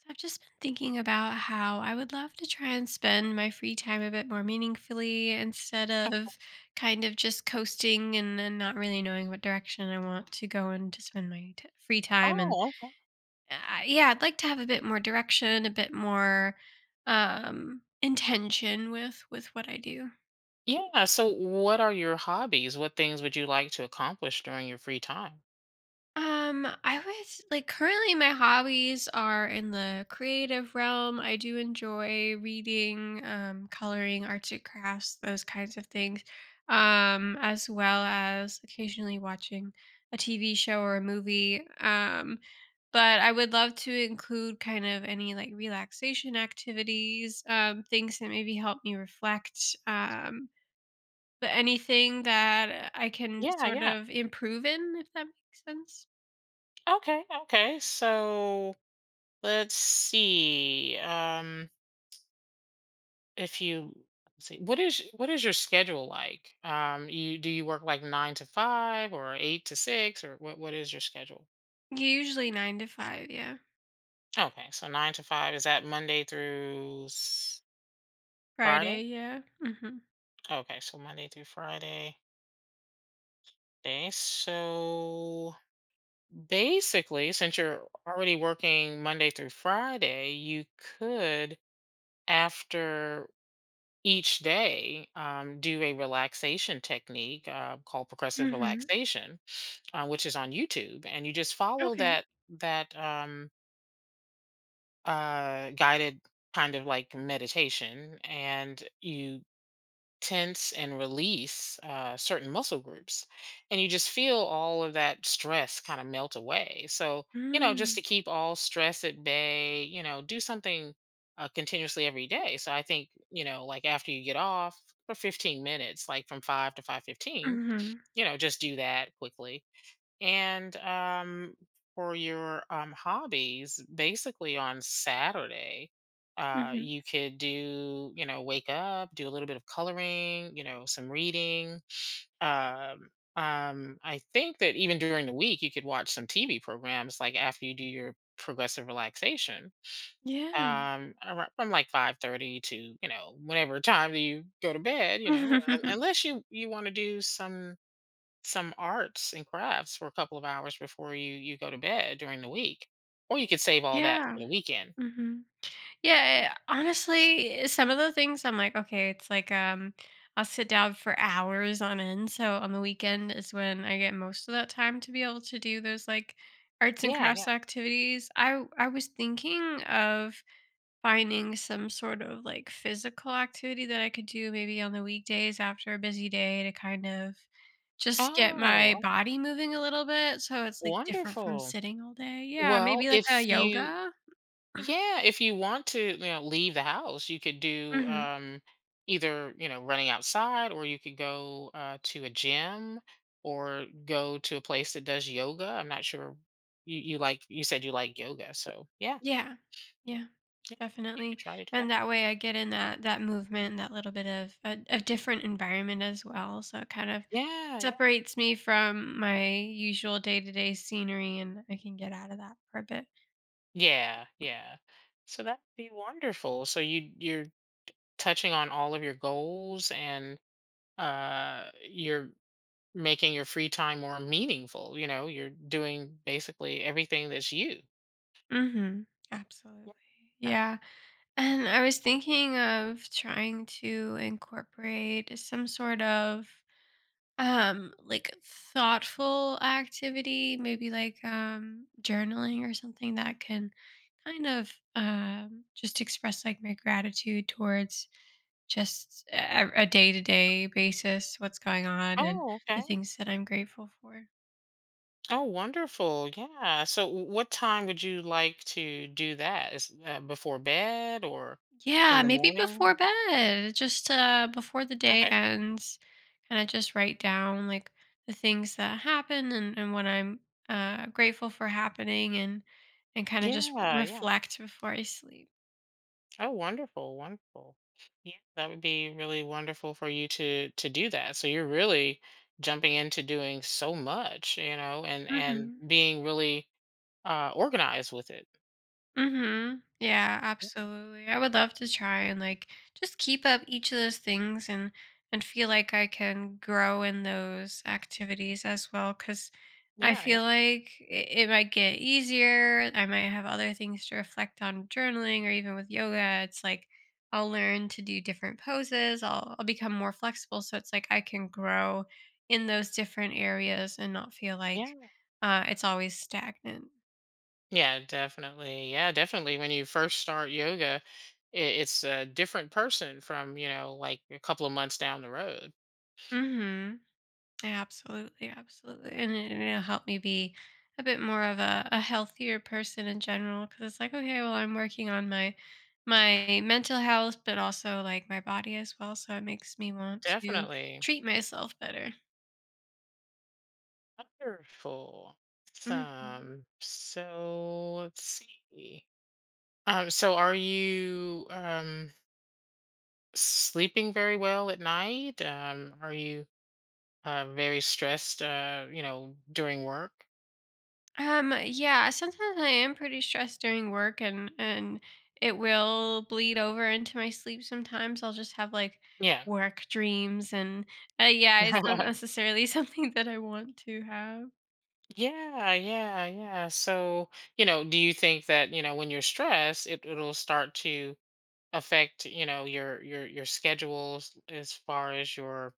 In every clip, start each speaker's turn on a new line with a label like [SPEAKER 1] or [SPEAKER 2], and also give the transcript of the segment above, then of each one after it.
[SPEAKER 1] So I've just been thinking about how I would love to try and spend my free time a bit more meaningfully, instead of kind of just coasting and not really knowing what direction I want to go and to spend my free time. And
[SPEAKER 2] Oh, okay.
[SPEAKER 1] uh, yeah, I'd like to have a bit more direction, a bit more intention with what I do.
[SPEAKER 2] Yeah. So, what are your hobbies? What things would you like to accomplish during your free time?
[SPEAKER 1] I would currently my hobbies are in the creative realm. I do enjoy reading, coloring, arts and crafts, those kinds of things, as well as occasionally watching a TV show or a movie. But I would love to include kind of any like relaxation activities, things that maybe help me reflect, but anything that I can
[SPEAKER 2] Yeah,
[SPEAKER 1] sort
[SPEAKER 2] yeah.
[SPEAKER 1] of improve in, if that makes sense.
[SPEAKER 2] Okay, okay. So, let's see. If you what is your schedule like? You do you work like nine to five or eight to six or what? What is your schedule?
[SPEAKER 1] Usually 9 to 5, yeah.
[SPEAKER 2] Okay, so nine to five, is that Friday?
[SPEAKER 1] Friday, yeah. Mhm.
[SPEAKER 2] Okay, so Monday through Friday. Okay, so basically, since you're already working Monday through Friday, you could, after each day, do a relaxation technique called progressive
[SPEAKER 1] Mhm.
[SPEAKER 2] relaxation, which is on YouTube, and you just follow
[SPEAKER 1] Okay.
[SPEAKER 2] that guided kind of like meditation, and you tense and release certain muscle groups. And you just feel all of that stress kind of melt away. So, you know, just
[SPEAKER 1] Mm.
[SPEAKER 2] to keep all stress at bay, you know, do something continuously every day. So I think, you know, like after you get off for 15 minutes, like from 5 to 5:15,
[SPEAKER 1] Mhm.
[SPEAKER 2] you know, just do that quickly and for your hobbies, basically on Saturday,
[SPEAKER 1] Mhm.
[SPEAKER 2] you could do, you know, wake up, do a little bit of coloring, you know, some reading. Um, I think that even during the week, you could watch some TV programs, like after you do your progressive relaxation
[SPEAKER 1] Yeah.
[SPEAKER 2] from like 5:30 to, you know, whenever time that you go to bed, you know, unless you want to do some arts and crafts for a couple of hours before you go to bed during the week, or you could save all that
[SPEAKER 1] Yeah.
[SPEAKER 2] for the weekend.
[SPEAKER 1] Mhm. Yeah, honestly, some of the things I'm like, okay, it's like, I'll sit down for hours on end, so on the weekend is when I get most of that time to be able to do those, like, arts and
[SPEAKER 2] Yeah, yeah.
[SPEAKER 1] crafts activities. I was thinking of finding some sort of, like, physical activity that I could do maybe on the weekdays after a busy day to kind of just get my
[SPEAKER 2] Oh,
[SPEAKER 1] body moving a little bit, so it's, like, different from
[SPEAKER 2] wonderful.
[SPEAKER 1] sitting all day. Yeah,
[SPEAKER 2] Well,
[SPEAKER 1] maybe like a
[SPEAKER 2] if you
[SPEAKER 1] yoga?
[SPEAKER 2] yeah, if you want to, you know, leave the house, you could do
[SPEAKER 1] Mhm.
[SPEAKER 2] either, you know, running outside, or you could go to a gym or go to a place that does yoga. I'm not sure you you like you said you like yoga, so yeah.
[SPEAKER 1] Yeah. Yeah.
[SPEAKER 2] Yeah, you could
[SPEAKER 1] Definitely.
[SPEAKER 2] try to do that.
[SPEAKER 1] And that way I get in that movement, that little bit of a different environment as well, so it kind of
[SPEAKER 2] Yeah, yeah.
[SPEAKER 1] separates me from my usual day-to-day scenery, and I can get out of that for a bit.
[SPEAKER 2] Yeah, yeah. So that'd be wonderful. So you're touching on all of your goals, and you're making your free time more meaningful. You know, you're doing basically everything that's you.
[SPEAKER 1] Mhm. Absolutely.
[SPEAKER 2] Yeah. Uh,
[SPEAKER 1] Yeah. And I was thinking of trying to incorporate some sort of like thoughtful activity, maybe like journaling, or something that can kind of just express like my gratitude towards just a day-to-day basis, what's going on, and
[SPEAKER 2] oh,
[SPEAKER 1] the
[SPEAKER 2] okay.
[SPEAKER 1] things that I'm grateful for.
[SPEAKER 2] Oh, wonderful. Yeah. So what time would you like to do that? Is before bed or in
[SPEAKER 1] Yeah,
[SPEAKER 2] the
[SPEAKER 1] maybe
[SPEAKER 2] morning?
[SPEAKER 1] before bed, just before the day
[SPEAKER 2] Okay.
[SPEAKER 1] ends, kind of just write down like the things that happen and what I'm grateful for happening, and kind of just
[SPEAKER 2] Yeah, yeah.
[SPEAKER 1] reflect before I sleep.
[SPEAKER 2] Oh, wonderful, wonderful. Yeah, that would be really wonderful for you to do that. So you're really jumping into doing so much, you know, and
[SPEAKER 1] hmm
[SPEAKER 2] being really organized with it.
[SPEAKER 1] Mhm. Yeah,
[SPEAKER 2] Yeah,
[SPEAKER 1] absolutely. I would love to try and like just keep up each of those things and feel like I can grow in those activities as well, cuz I
[SPEAKER 2] yeah, yeah.
[SPEAKER 1] feel like it might get easier. I might have other things to reflect on journaling, or even with yoga. It's like I'll learn to do different poses. I'll become more flexible, so it's like I can grow in those different areas and not feel like
[SPEAKER 2] Yeah,
[SPEAKER 1] it's always stagnant.
[SPEAKER 2] yeah, definitely. Yeah, definitely. When you first start yoga, I it's a different person from, you know, like a couple of months down the road.
[SPEAKER 1] Mhm. Absolutely, absolutely. And it'll help me be a bit more of a healthier person in general, because it's like, okay, well, I'm working on my mental health, but also like my body as well. So it makes me want to
[SPEAKER 2] Definitely.
[SPEAKER 1] treat myself better.
[SPEAKER 2] Wonderful.
[SPEAKER 1] hmm
[SPEAKER 2] Awesome. So let's see. So are you sleeping very well at night? Are you very stressed, you know, during work?
[SPEAKER 1] Yeah, sometimes I am pretty stressed during work, and it will bleed over into my sleep sometimes. I'll just have like
[SPEAKER 2] Yeah.
[SPEAKER 1] work dreams and yeah, it's not necessarily something that I want to have.
[SPEAKER 2] Yeah, yeah, yeah. So, you know, do you think that, you know, when you're stressed, it'll start to affect, you know, your your schedules as far as your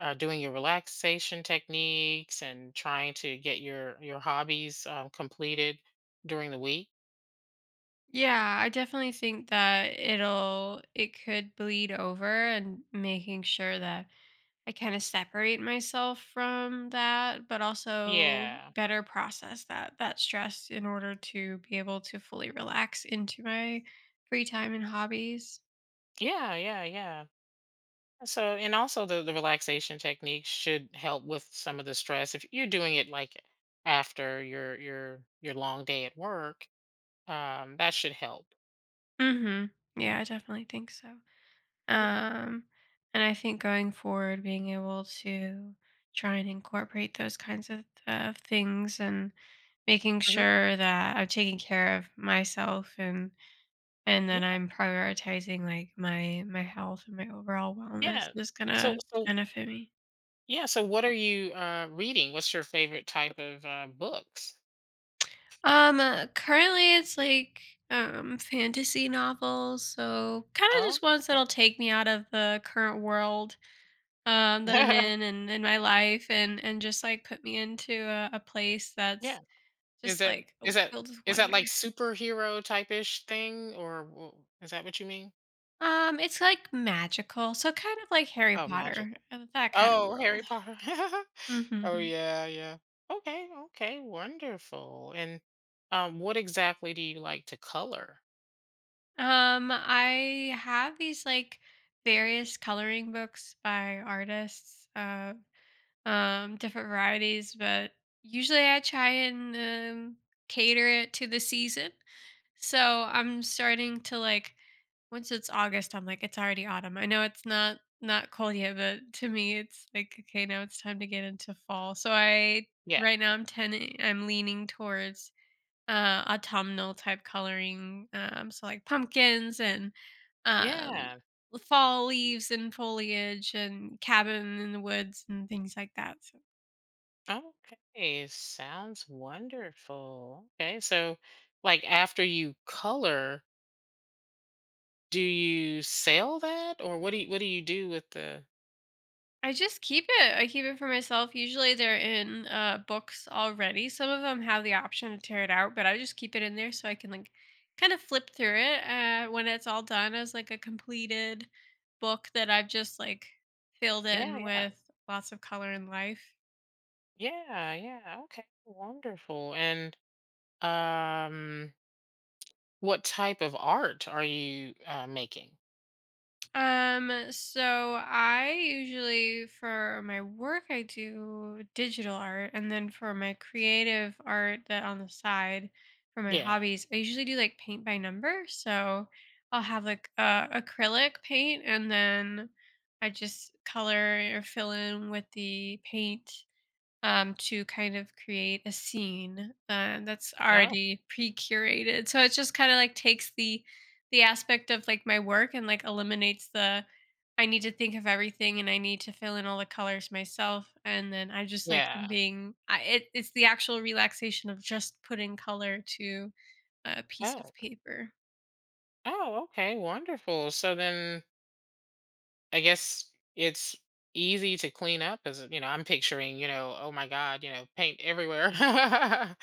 [SPEAKER 2] doing your relaxation techniques and trying to get your hobbies completed during the week?
[SPEAKER 1] Yeah, I definitely think that it could bleed over, and making sure that I kind of separate myself from that, but also
[SPEAKER 2] Yeah.
[SPEAKER 1] better process that stress in order to be able to fully relax into my free time and hobbies.
[SPEAKER 2] Yeah, yeah, yeah. So, and also the relaxation techniques should help with some of the stress. If you're doing it like after your your long day at work, that should help.
[SPEAKER 1] Mhm. Yeah, I definitely think so.
[SPEAKER 2] Yeah.
[SPEAKER 1] Um and I think going forward, being able to try and incorporate those kinds of things, and making
[SPEAKER 2] Hmm.
[SPEAKER 1] sure that I'm taking care of myself, and then
[SPEAKER 2] Yeah.
[SPEAKER 1] I'm prioritizing like my health and my overall wellness
[SPEAKER 2] Yeah.
[SPEAKER 1] is
[SPEAKER 2] So,
[SPEAKER 1] gonna
[SPEAKER 2] so
[SPEAKER 1] benefit me.
[SPEAKER 2] yeah. So, what are you reading? What's your favorite type of books?
[SPEAKER 1] Currently it's like fantasy novels, so kind of
[SPEAKER 2] Oh,
[SPEAKER 1] just ones
[SPEAKER 2] okay.
[SPEAKER 1] that'll take me out of the current world that I'm in and in my life, and just like put me into a place
[SPEAKER 2] Yeah.
[SPEAKER 1] that's
[SPEAKER 2] Is
[SPEAKER 1] just
[SPEAKER 2] that
[SPEAKER 1] like oh,
[SPEAKER 2] is that
[SPEAKER 1] filled with
[SPEAKER 2] is that
[SPEAKER 1] wonder.
[SPEAKER 2] like superhero type ish thing, or is that what you mean?
[SPEAKER 1] It's like magical, so kind of like Harry
[SPEAKER 2] Oh,
[SPEAKER 1] Potter,
[SPEAKER 2] magical.
[SPEAKER 1] that kind of
[SPEAKER 2] Oh,
[SPEAKER 1] world.
[SPEAKER 2] Harry Potter. Oh
[SPEAKER 1] Mhm.
[SPEAKER 2] yeah, yeah. Okay, okay, wonderful. And what exactly do you like to color?
[SPEAKER 1] I have these like various coloring books by artists, different varieties, but usually I try and cater it to the season. So I'm starting to like once it's August, I'm like, it's already autumn. I know it's not cold yet, but to me it's like, okay, now it's time to get into fall. So I
[SPEAKER 2] Yeah.
[SPEAKER 1] right now I'm leaning towards autumnal type coloring. Um, so like pumpkins and um
[SPEAKER 2] Yeah.
[SPEAKER 1] fall leaves and foliage and cabin in the woods and things like that. So
[SPEAKER 2] Okay, sounds wonderful. Okay, so like after you color, do you sell that, or what do you do with the...
[SPEAKER 1] I just keep it. I keep it for myself. Usually they're in books already. Some of them have the option to tear it out, but I just keep it in there so I can like kind of flip through it when it's all done, as like a completed book that I've just like filled
[SPEAKER 2] Yeah,
[SPEAKER 1] in
[SPEAKER 2] yeah.
[SPEAKER 1] with lots of color and life.
[SPEAKER 2] Yeah, yeah. Okay, wonderful. And um what type of art are you making?
[SPEAKER 1] So I usually for my work I do digital art, and then for my creative art that on the side for my
[SPEAKER 2] Yeah.
[SPEAKER 1] hobbies, I usually do like paint by number. So I'll have like acrylic paint, and then I just color or fill in with the paint to kind of create a scene that's
[SPEAKER 2] Oh,
[SPEAKER 1] already pre-curated. So it just kind of like takes the aspect of like my work, and like eliminates the I need to think of everything and I need to fill in all the colors myself. And then I just like
[SPEAKER 2] yeah.
[SPEAKER 1] am being I, it's the actual relaxation of just putting color to a piece of
[SPEAKER 2] Oh,
[SPEAKER 1] paper.
[SPEAKER 2] Oh, okay, wonderful. So then I guess it's easy to clean up. As you know, I'm picturing, you know, oh my God, you know, paint everywhere.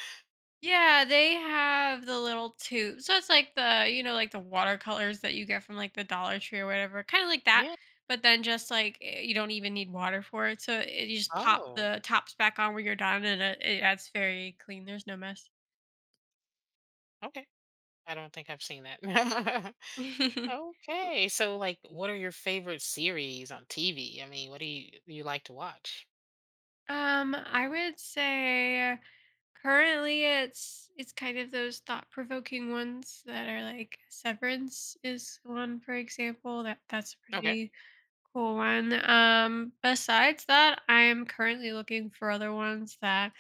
[SPEAKER 1] Yeah, they have the little tube. So it's like the, you know, like the watercolors that you get from like the Dollar Tree or whatever, kind of like that.
[SPEAKER 2] Yeah.
[SPEAKER 1] But then just like you don't even need water for it. So you just pop
[SPEAKER 2] Oh,
[SPEAKER 1] the tops back on when you're done, and that's very clean. There's no mess.
[SPEAKER 2] okay. I don't think I've seen that. Okay. So like what are your favorite series on TV? I mean, what do you like to watch?
[SPEAKER 1] I would say currently it's kind of those thought-provoking ones, that are like Severance is one, for example. That's a
[SPEAKER 2] Okay.
[SPEAKER 1] pretty cool one. Besides that, I am currently looking for other ones that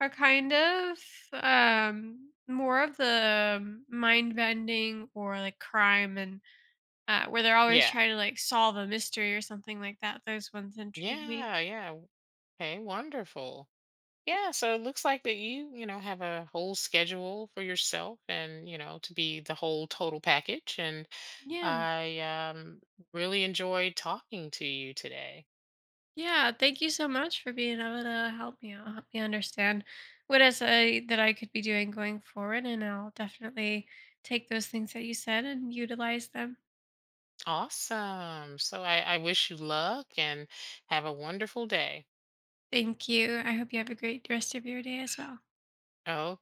[SPEAKER 1] are kind of more of the mind bending, or like crime, and where they're always
[SPEAKER 2] Yeah.
[SPEAKER 1] trying to like solve a mystery or something like that. Those ones intrigue me.
[SPEAKER 2] Yeah, yeah. Okay, wonderful. Yeah, so it looks like that you know, have a whole schedule for yourself and, you know, to be the whole total package. And
[SPEAKER 1] Yeah.
[SPEAKER 2] I really enjoyed talking to you today.
[SPEAKER 1] Yeah, thank you so much for being able to help me out, help me understand what else that I could be doing going forward. And I'll definitely take those things that you said and utilize them.
[SPEAKER 2] Awesome. So I wish you luck and have a wonderful day.
[SPEAKER 1] Thank you. I hope you have a great rest of your day as well.
[SPEAKER 2] Okay.